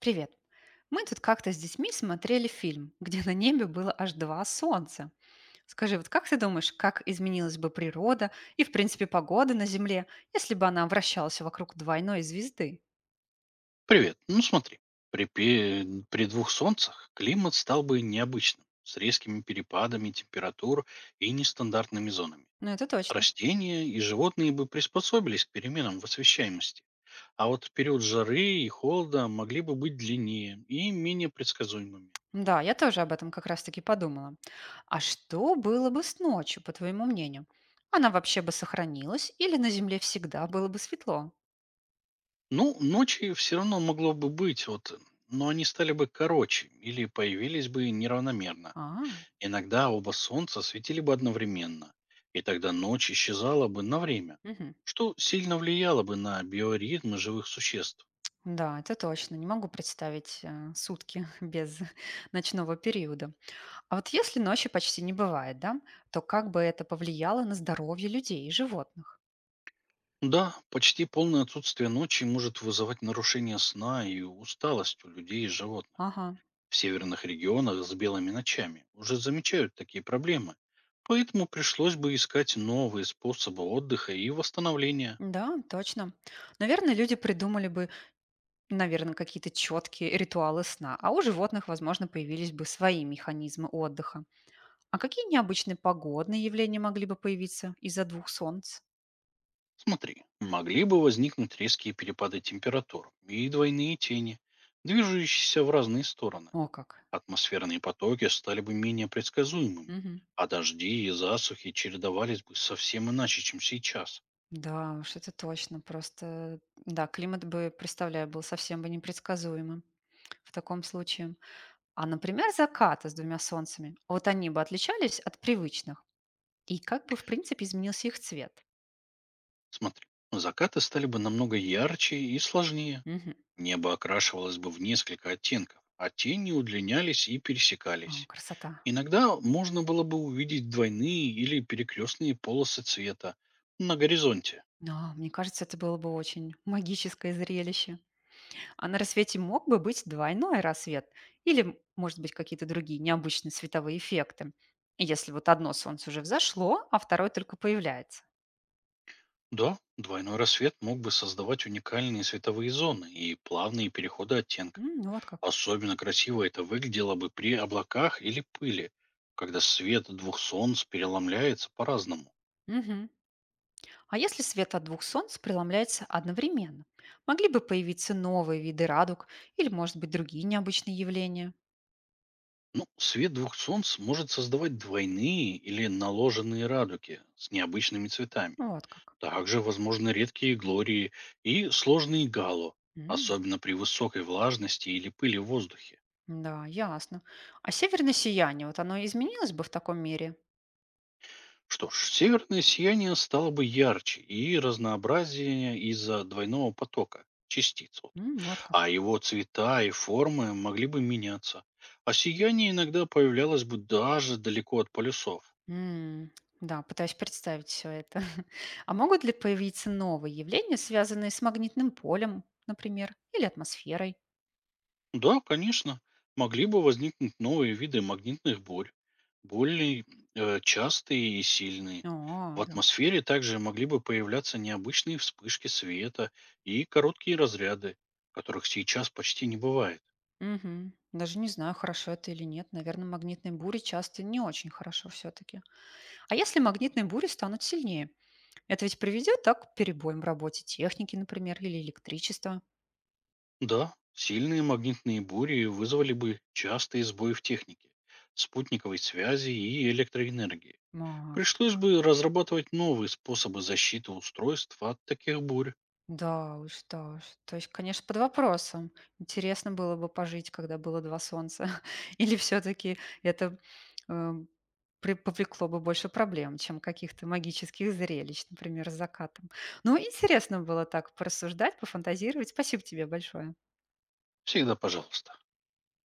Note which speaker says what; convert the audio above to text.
Speaker 1: Привет. Мы тут как-то с детьми смотрели фильм, где на небе было аж два солнца. Скажи, вот как ты думаешь, как изменилась бы природа и, в принципе, погода на Земле, если бы она вращалась вокруг двойной звезды?
Speaker 2: Привет. Ну смотри, при двух солнцах климат стал бы необычным, с резкими перепадами температур и нестандартными зонами.
Speaker 1: Ну, это точно.
Speaker 2: Растения и животные бы приспособились к переменам в освещаемости, а вот период жары и холода могли бы быть длиннее и менее предсказуемыми.
Speaker 1: Да, я тоже об этом как раз-таки подумала. А что было бы с ночью, по твоему мнению? Она вообще бы сохранилась или на Земле всегда было бы светло?
Speaker 2: Ну, ночи все равно могло бы быть, вот, но они стали бы короче или появились бы неравномерно.
Speaker 1: А,
Speaker 2: Иногда оба солнца светили бы одновременно, и тогда ночь исчезала бы на время,
Speaker 1: мгм.
Speaker 2: что сильно влияло бы на биоритмы живых существ.
Speaker 1: Да, это точно. Не могу представить сутки без ночного периода. А вот если ночи почти не бывает, да, то как бы это повлияло на здоровье людей и животных?
Speaker 2: Да, почти полное отсутствие ночи может вызывать нарушение сна и усталость у людей и животных.
Speaker 1: Ага,
Speaker 2: В северных регионах с белыми ночами уже замечают такие проблемы, поэтому пришлось бы искать новые способы отдыха и восстановления.
Speaker 1: да, точно. Наверное, люди придумали бы, наверное, какие-то четкие ритуалы сна, а у животных, возможно, появились бы свои механизмы отдыха. А какие необычные погодные явления могли бы появиться из-за двух солнц?
Speaker 2: Смотри, могли бы возникнуть резкие перепады температур и двойные тени, движущиеся в разные стороны.
Speaker 1: О, как.
Speaker 2: Атмосферные потоки стали бы менее предсказуемыми,
Speaker 1: Мгм.
Speaker 2: а дожди и засухи чередовались бы совсем иначе, чем сейчас.
Speaker 1: Да, уж это точно. Просто, да, климат бы, представляю, был совсем бы непредсказуемым в таком случае. А, например, закаты с двумя солнцами. Вот они бы отличались от привычных. И как бы, в принципе, изменился их цвет.
Speaker 2: Смотри, закаты стали бы намного ярче и сложнее.
Speaker 1: Мгм.
Speaker 2: Небо окрашивалось бы в несколько оттенков, а тени удлинялись и
Speaker 1: О,
Speaker 2: пересекались.
Speaker 1: красота.
Speaker 2: Иногда можно было бы увидеть двойные или перекрестные полосы цвета на горизонте.
Speaker 1: Да, мне кажется, это было бы очень магическое зрелище. А на рассвете мог бы быть двойной рассвет. Или, может быть, какие-то другие необычные световые эффекты. Если вот одно солнце уже взошло, а второе только появляется.
Speaker 2: Да, двойной рассвет мог бы создавать уникальные световые зоны и плавные переходы оттенков.
Speaker 1: М, вот как.
Speaker 2: Особенно красиво это выглядело бы при облаках или пыли, когда свет двух солнц переломляется по-разному.
Speaker 1: Мгм. А если свет от двух солнц преломляется одновременно? Могли бы появиться новые виды радуг или, может быть, другие необычные явления?
Speaker 2: Ну, свет двух солнц может создавать двойные или наложенные радуги с необычными цветами.
Speaker 1: Ну, вот как.
Speaker 2: Также возможны редкие глории и сложные гало,
Speaker 1: М,
Speaker 2: особенно при высокой влажности или пыли в воздухе.
Speaker 1: да, ясно. А северное сияние, вот оно изменилось бы в таком мире?
Speaker 2: Что ж, северное сияние стало бы ярче и разнообразнее из-за двойного потока частиц, вот.
Speaker 1: М, вот как.
Speaker 2: А его цвета и формы могли бы меняться. А сияние иногда появлялось бы даже далеко от полюсов.
Speaker 1: М, да, пытаюсь представить все это. А могут ли появиться новые явления, связанные с магнитным полем, например, или атмосферой?
Speaker 2: Да, конечно, могли бы возникнуть новые виды магнитных бурь, более частые и сильные.
Speaker 1: О,
Speaker 2: В
Speaker 1: да.
Speaker 2: атмосфере также могли бы появляться необычные вспышки света и короткие разряды, которых сейчас почти не бывает.
Speaker 1: Мгм. Даже не знаю, хорошо это или нет. Наверное, магнитные бури часто не очень хорошо все-таки. А если магнитные бури станут сильнее? Это ведь приведет так к перебоям в работе техники, например, или электричества.
Speaker 2: Да, сильные магнитные бури вызвали бы частые сбои в технике, спутниковой связи и электроэнергии.
Speaker 1: А, вот
Speaker 2: Пришлось
Speaker 1: как.
Speaker 2: бы разрабатывать новые способы защиты устройств от таких бурь.
Speaker 1: Да уж, да уж. То есть, конечно, под вопросом. Интересно было бы пожить, когда было два солнца. Или все-таки это э, повлекло бы больше проблем, чем каких-то магических зрелищ, например, с закатом. Ну, интересно было так порассуждать, пофантазировать. Спасибо тебе большое.
Speaker 2: Всегда пожалуйста.